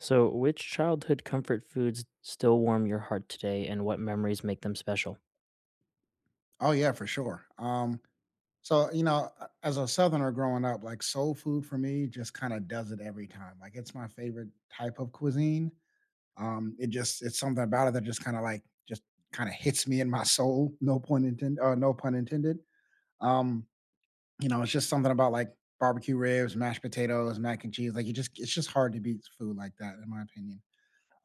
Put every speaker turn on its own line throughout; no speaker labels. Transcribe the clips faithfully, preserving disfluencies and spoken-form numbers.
So, which childhood comfort foods still warm your heart today, and what memories make them special?
Oh yeah, for sure. Um, so you know, a- as a Southerner growing up, like soul food for me just kind of does it every time. Like it's my favorite type of cuisine. Um, it just it's something about it that just kind of like just kind of hits me in my soul. No pun intended. Uh, no pun intended. Um, you know, it's just something about like barbecue ribs, mashed potatoes, mac and cheese. Like you just it's just hard to beat food like that, in my opinion.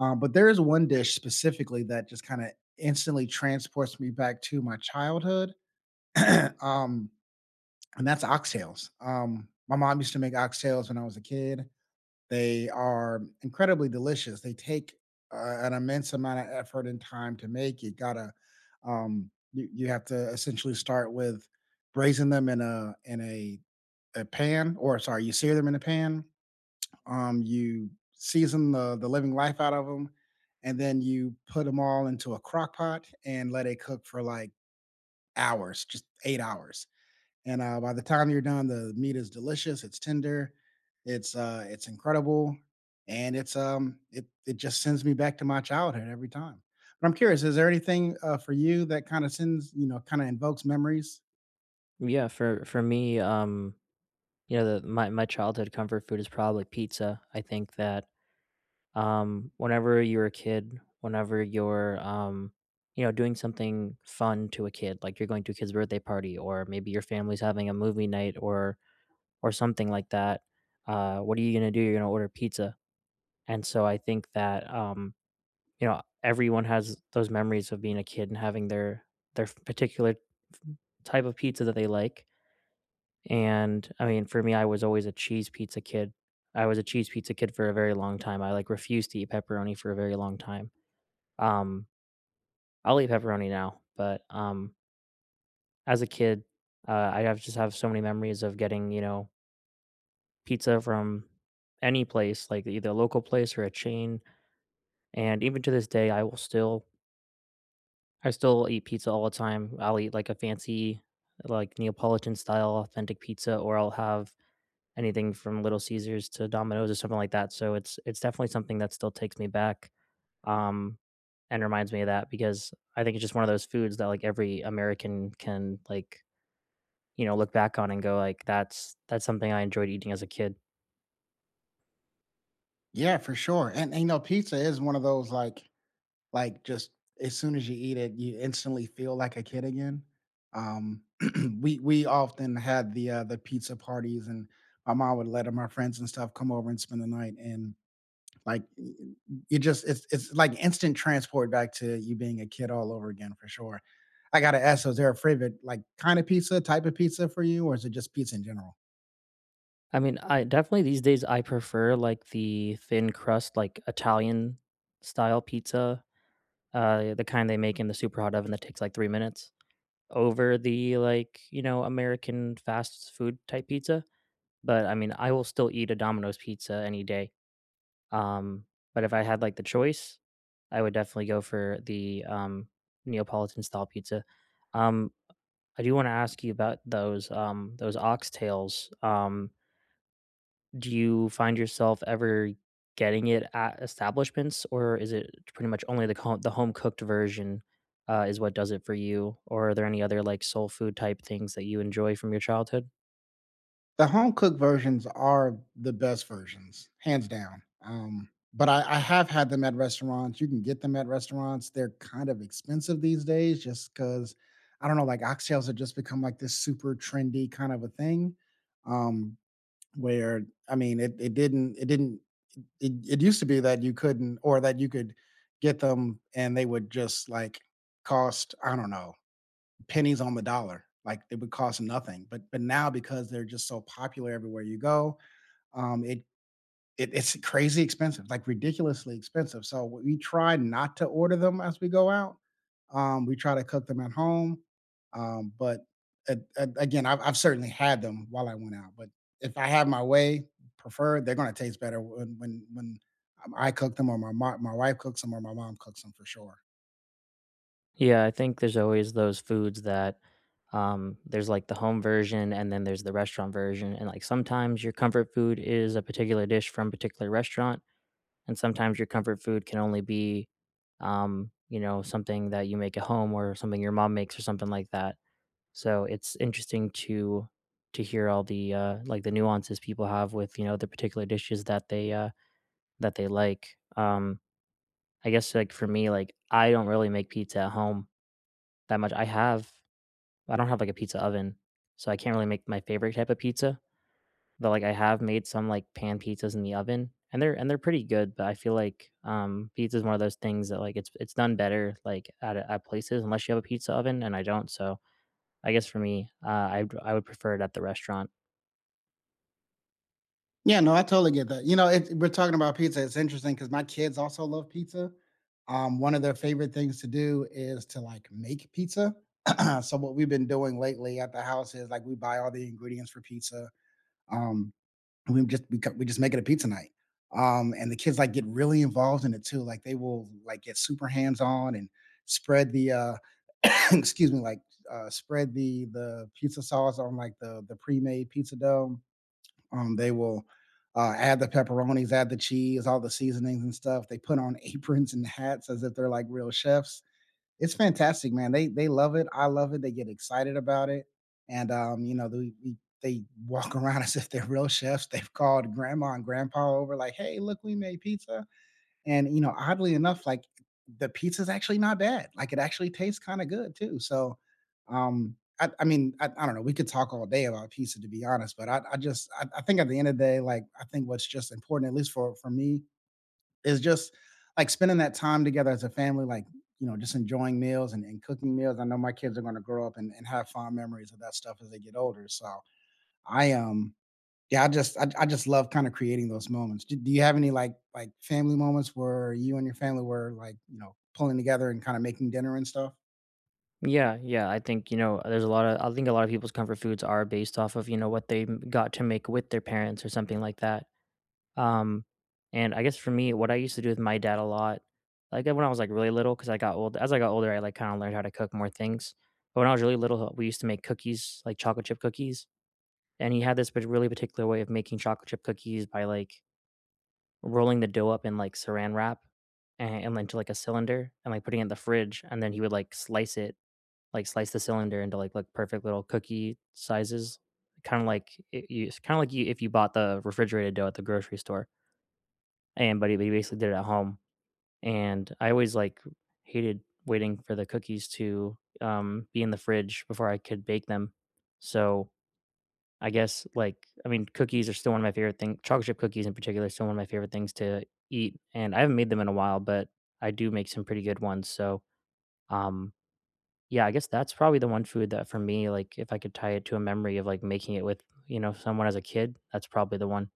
Um, but there is one dish specifically that just kind of instantly transports me back to my childhood. um and that's oxtails. Um, my mom used to make oxtails when I was a kid. They are incredibly delicious. They take uh, an immense amount of effort and time to make. You gotta, um, you, you have to essentially start with braising them in a in a, a pan, or sorry, you sear them in a pan. Um, you season the the living life out of them, and then you put them all into a crock pot and let it cook for like hours, just eight hours. And uh, by the time you're done, the meat is delicious. It's tender. It's uh, it's incredible, and it's um, it it just sends me back to my childhood every time. But I'm curious, is there anything uh, for you that kind of sends you know kind of invokes memories?
Yeah, for for me, um, you know, the, my my childhood comfort food is probably pizza. I think that um, whenever you're a kid, whenever you're um, you know, doing something fun to a kid, like you're going to a kid's birthday party, or maybe your family's having a movie night, or or something like that. Uh, what are you gonna do? You're gonna order pizza, and so I think that um, you know, everyone has those memories of being a kid and having their their particular type of pizza that they like. And I mean, for me, I was always a cheese pizza kid. I was a cheese pizza kid for a very long time. I like refused to eat pepperoni for a very long time. Um, I'll eat pepperoni now, but um, as a kid, uh, I have just have so many memories of getting you know pizza from any place, like either a local place or a chain. And even to this day, I will still I still eat pizza all the time. I'll eat like a fancy, like Neapolitan style authentic pizza, or I'll have anything from Little Caesars to Domino's or something like that. So it's it's definitely something that still takes me back, um, and reminds me of that because I think it's just one of those foods that like every American can like you know look back on and go like that's that's something I enjoyed eating as a kid.
Yeah, for sure. And, and you know, pizza is one of those like like just as soon as you eat it, you instantly feel like a kid again. Um, we we often had the uh, the pizza parties, and my mom would let my friends and stuff come over and spend the night, and Like you just it's it's like instant transport back to you being a kid all over again for sure. I gotta ask, so is there a favorite like kind of pizza, type of pizza for you, or is it just pizza in general?
I mean, I definitely these days I prefer like the thin crust, like Italian style pizza uh, the kind they make in the super hot oven that takes like three minutes over the like you know American fast food type pizza. But I mean, I will still eat a Domino's pizza any day. Um, but if I had like the choice, I would definitely go for the um, Neapolitan style pizza. Um, I do want to ask you about those um, those oxtails. Um, do you find yourself ever getting it at establishments, or is it pretty much only the co- the home cooked version uh, is what does it for you? Or are there any other like soul food type things that you enjoy from your childhood?
The home cooked versions are the best versions, hands down. Um, but I, I have had them at restaurants. You can get them at restaurants. They're kind of expensive these days, just because I don't know, like oxtails have just become like this super trendy kind of a thing. Um, where I mean, it it didn't it didn't it, it used to be that you couldn't or that you could get them and they would just like cost, I don't know, pennies on the dollar. Like it would cost nothing, but but now, because they're just so popular everywhere you go, um it it, it's crazy expensive, like ridiculously expensive. So we try not to order them as we go out. Um, we try to cook them at home. Um, but uh, uh, again, I've, I've certainly had them while I went out. But if I have my way, preferred, they're going to taste better when when when um, I cook them or my mo- my wife cooks them or my mom cooks them for sure.
Yeah, I think there's always those foods that um, there's like the home version and then there's the restaurant version. And like sometimes your comfort food is a particular dish from a particular restaurant, and sometimes your comfort food can only be, um, you know, something that you make at home or something your mom makes or something like that. So it's interesting to to hear all the, uh, like, the nuances people have with, you know, the particular dishes that they, uh, that they like. Um, I guess, like, for me, like, I don't really make pizza at home that much. I have I don't have, like, a pizza oven, so I can't really make my favorite type of pizza, but, like, I have made some, like, pan pizzas in the oven, and they're and they're pretty good, but I feel like, um, pizza is one of those things that, like, it's it's done better, like, at at places unless you have a pizza oven, and I don't, so I guess for me, uh, i I would prefer it at the restaurant.
Yeah, no, I totally get that. You know, it, we're talking about pizza. It's interesting because my kids also love pizza. Um, one of their favorite things to do is to like make pizza. So what we've been doing lately at the house is like we buy all the ingredients for pizza. Um, and we just we, co- we just make it a pizza night. Um, and the kids like get really involved in it too. Like they will like get super hands on and spread the uh, excuse me, like uh, spread the the pizza sauce on like the the pre made pizza dough um, they will uh, add the pepperonis, add the cheese, all the seasonings and stuff. They put on aprons and hats as if they're like real chefs. It's fantastic, man. They they love it. I love it. They get excited about it, and um, you know they they walk around as if they're real chefs. They've called grandma and grandpa over, like, "Hey, look, we made pizza." And, you know, oddly enough, like, the pizza's actually not bad. Like, it actually tastes kinda good too. So, um, I I mean, I I don't know, we could talk all day about pizza, to be honest. But I I just I I think at the end of the day, like, I think what's just important, at least for for me, is just, like, spending that time together as a family, like, you know, just enjoying meals and and cooking meals. I know my kids are gonna grow up and and have fond memories of that stuff as they get older, so I, am. Yeah, I just I, I just love kind of creating those moments. Do, do you have any like like family moments where you and your family were like, you know, pulling together and kind of making dinner and stuff?
Yeah, yeah. I think, you know, there's a lot of I think a lot of people's comfort foods are based off of, you know, what they m- got to make with their parents or something like that. Um and I guess for me, what I used to do with my dad a lot, like when I was like really little, because I got old as I got older, I like kind of learned how to cook more things. But when I was really little, we used to make cookies, like chocolate chip cookies. And he had this pat- really particular way of making chocolate chip cookies by like rolling the dough up in like saran wrap and, and into like a cylinder and like putting it in the fridge. And then he would like slice it like slice the cylinder into like like perfect little cookie sizes. Kind of like it, you, kind of like you if you bought the refrigerated dough at the grocery store, and but he, but he basically did it at home. And I always like hated waiting for the cookies to um, be in the fridge before I could bake them. So I guess like I mean cookies are still one of my favorite things. Chocolate chip cookies in particular are still one of my favorite things to eat, and I haven't made them in a while, but I do make some pretty good ones. So um, yeah, I guess that's probably the one food that for me, like, if I could tie it to a memory of, like, making it with, you know, someone as a kid, that's probably the one.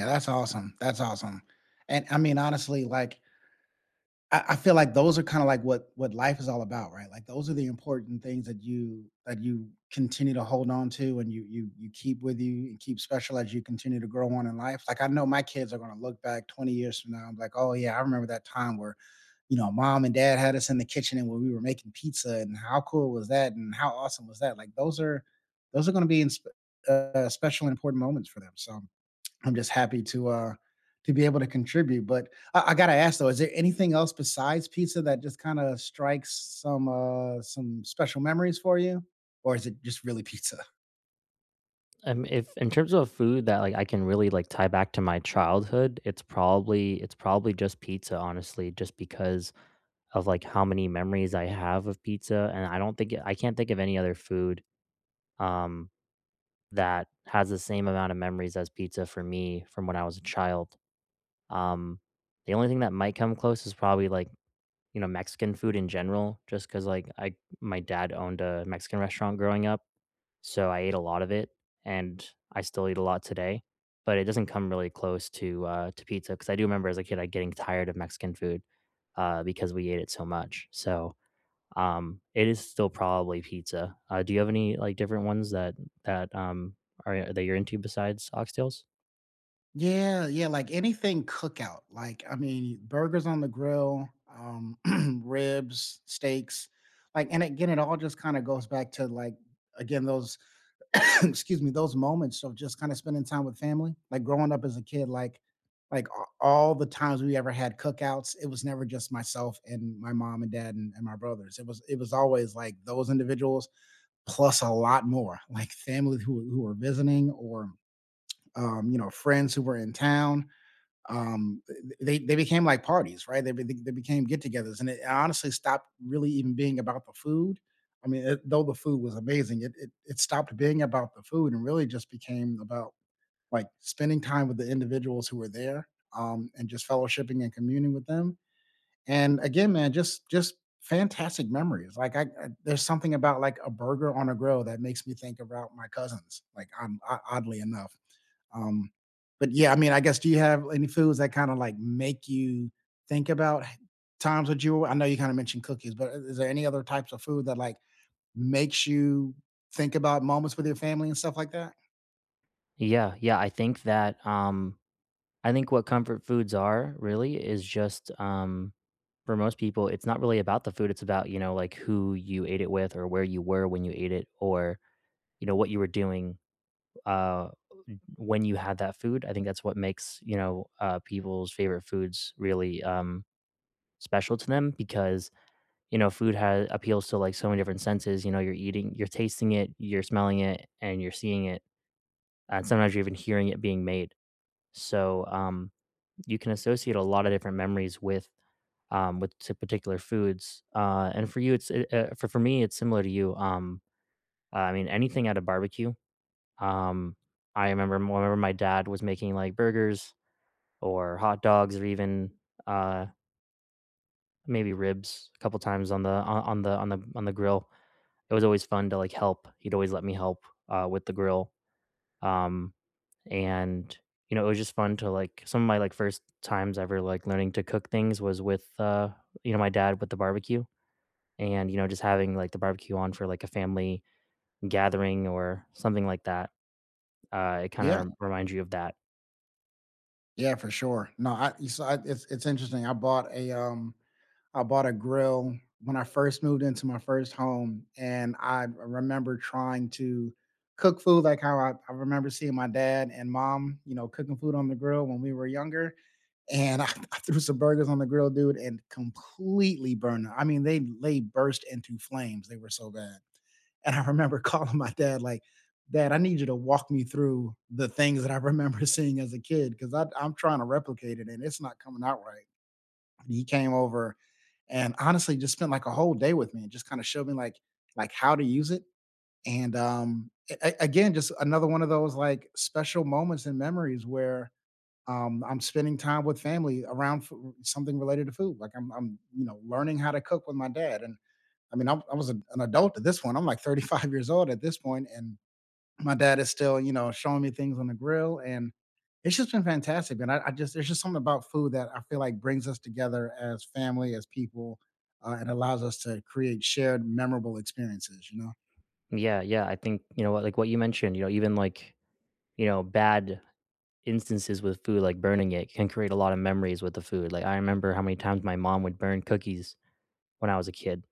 Yeah, that's awesome. That's awesome. And I mean, honestly, like, I, I feel like those are kind of like what what life is all about, right? Like those are the important things that you that you continue to hold on to and you you you keep with you and keep special as you continue to grow on in life. Like I know my kids are gonna look back twenty years from now and be like, oh yeah, I remember that time where, you know, mom and dad had us in the kitchen and where we were making pizza, and how cool was that and how awesome was that? Like those are those are gonna be in, uh, special and important moments for them. So I'm just happy to uh to be able to contribute. But I, I gotta ask though, is there anything else besides pizza that just kind of strikes some uh some special memories for you? Or is it just really pizza?
Um, if in terms of food that, like, I can really, like, tie back to my childhood, it's probably it's probably just pizza, honestly, just because of, like, how many memories I have of pizza, and I don't think I can't think of any other food, um, that has the same amount of memories as pizza for me from when I was a child. Um, the only thing that might come close is probably, like, you know, Mexican food in general, just because like I my dad owned a Mexican restaurant growing up, so I ate a lot of it, and I still eat a lot today. But it doesn't come really close to uh, to pizza because I do remember as a kid like, getting tired of Mexican food uh, because we ate it so much. So um, it is still probably pizza. Uh, do you have any like different ones that that um, are that you're into besides oxtails?
Yeah, yeah, like anything cookout. Like, I mean, burgers on the grill, um, ribs, steaks, like, and again, it all just kind of goes back to like, again, those, excuse me, those moments of just kind of spending time with family. Like growing up as a kid, like, like a- all the times we ever had cookouts, it was never just myself and my mom and dad and, and my brothers. It was, it was always like those individuals plus a lot more, like family who who were visiting or um, you know, friends who were in town. um they they became like parties, right? They, be- they became get-togethers, and it honestly stopped really even being about the food. I mean it, though the food was amazing, it, it it stopped being about the food and really just became about like spending time with the individuals who were there um and just fellowshipping and communing with them. And again, man, just just fantastic memories. Like I, I there's something about like a burger on a grill that makes me think about my cousins, like, I'm oddly enough. um, but yeah, I mean, I guess, do you have any foods that kind of like make you think about h- times that you, I know you kind of mentioned cookies, but is there any other types of food that like makes you think about moments with your family and stuff like that?
Yeah, yeah, I think that um, I think what comfort foods are really is just, um, for most people, it's not really about the food. It's about, you know, like who you ate it with or where you were when you ate it or, you know, what you were doing uh, when you had that food. I think that's what makes, you know, uh, people's favorite foods really um, special to them because, you know, food has appeals to like so many different senses. You know, you're eating, you're tasting it, you're smelling it, and you're seeing it. And sometimes you're even hearing it being made. So um, you can associate a lot of different memories with um, with to particular foods. Uh, and for you, it's it, uh, for for me, it's similar to you. Um, uh, I mean, anything at a barbecue. Um, I remember remember my dad was making like burgers or hot dogs or even uh, maybe ribs a couple times on the on on the on the on the grill. It was always fun to like help. He'd always let me help uh, with the grill. Um, and you know, it was just fun to like some of my like first times ever like learning to cook things was with uh you know my dad with the barbecue and you know just having like the barbecue on for like a family gathering or something like that uh it kind of
Yeah,
rem- reminds you of that.
yeah, for sure. No, I, you s- I it's it's interesting. I bought a um I bought a grill when I first moved into my first home, and I remember trying to cook food like how I, I remember seeing my dad and mom, you know, cooking food on the grill when we were younger. And I, I threw some burgers on the grill, dude, and completely burned them. I mean, they they burst into flames. They were so bad. And I remember calling my dad, like, Dad, I need you to walk me through the things that I remember seeing as a kid, because I'm trying to replicate it and it's not coming out right. And he came over and honestly just spent like a whole day with me and just kind of showed me like like how to use it. And um a- a- again, just another one of those like special moments and memories where, um, I'm spending time with family around foo something related to food. Like, I'm I'm, you know, learning how to cook with my dad, and I mean, I'm I was an an adult at this point. I'm, like, thirty-five years old at this point, and my dad is still, you know, showing me things on the grill, and it's just been fantastic, man. I I just there's just something about food that I feel like brings us together as family, as people, uh, and allows us to create shared memorable experiences, you know?
Yeah, yeah, I think you know what, like what you mentioned, you know, even like you know bad instances with food like burning it can create a lot of memories with the food. Like I remember how many times my mom would burn cookies when I was a kid,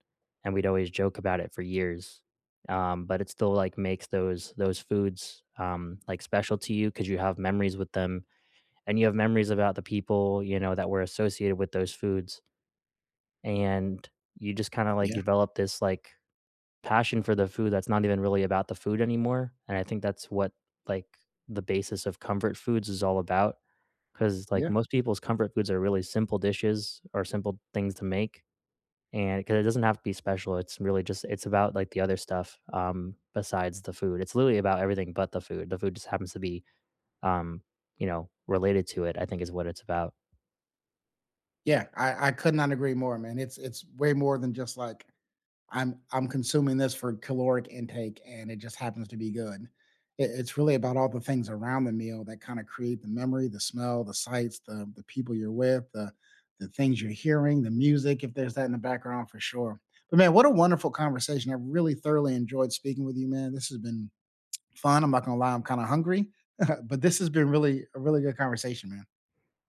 and we'd always joke about it for years. Um, but it still like makes those those foods um, like special to you because you have memories with them, and you have memories about the people you know that were associated with those foods, and you just kind of like
Yeah,
develop this like passion for the food that's not even really about the food anymore. And I think that's what like the basis of comfort foods is all about because like
yeah,
most people's comfort foods are really simple dishes or simple things to make and because it doesn't have to be special, it's really just it's about, like, the other stuff, um, besides the food. It's literally about everything but the food. The food just happens to be, um, you know, related to it, I think is what it's about.
yeah. I I could not agree more, man. It's it's way more than just, like, I'm I'm consuming this for caloric intake, and it just happens to be good. It, it's really about all the things around the meal that kind of create the memory, the smell, the sights, the the people you're with, the the things you're hearing, the music, if there's that in the background for sure. But man, what a wonderful conversation. I really thoroughly enjoyed speaking with you, man. This has been fun. I'm not gonna lie, I'm kind of hungry, but this has been really a really good conversation, man.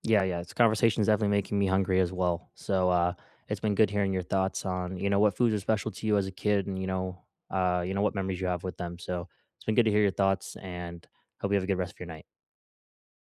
Yeah, yeah, this conversation is definitely making me hungry as well. So, uh, it's been good hearing your thoughts on, you know, what foods are special to you as a kid and, you know, uh, you know, what memories you have with them. So, it's been good to hear your thoughts, and hope you have a good rest of your night.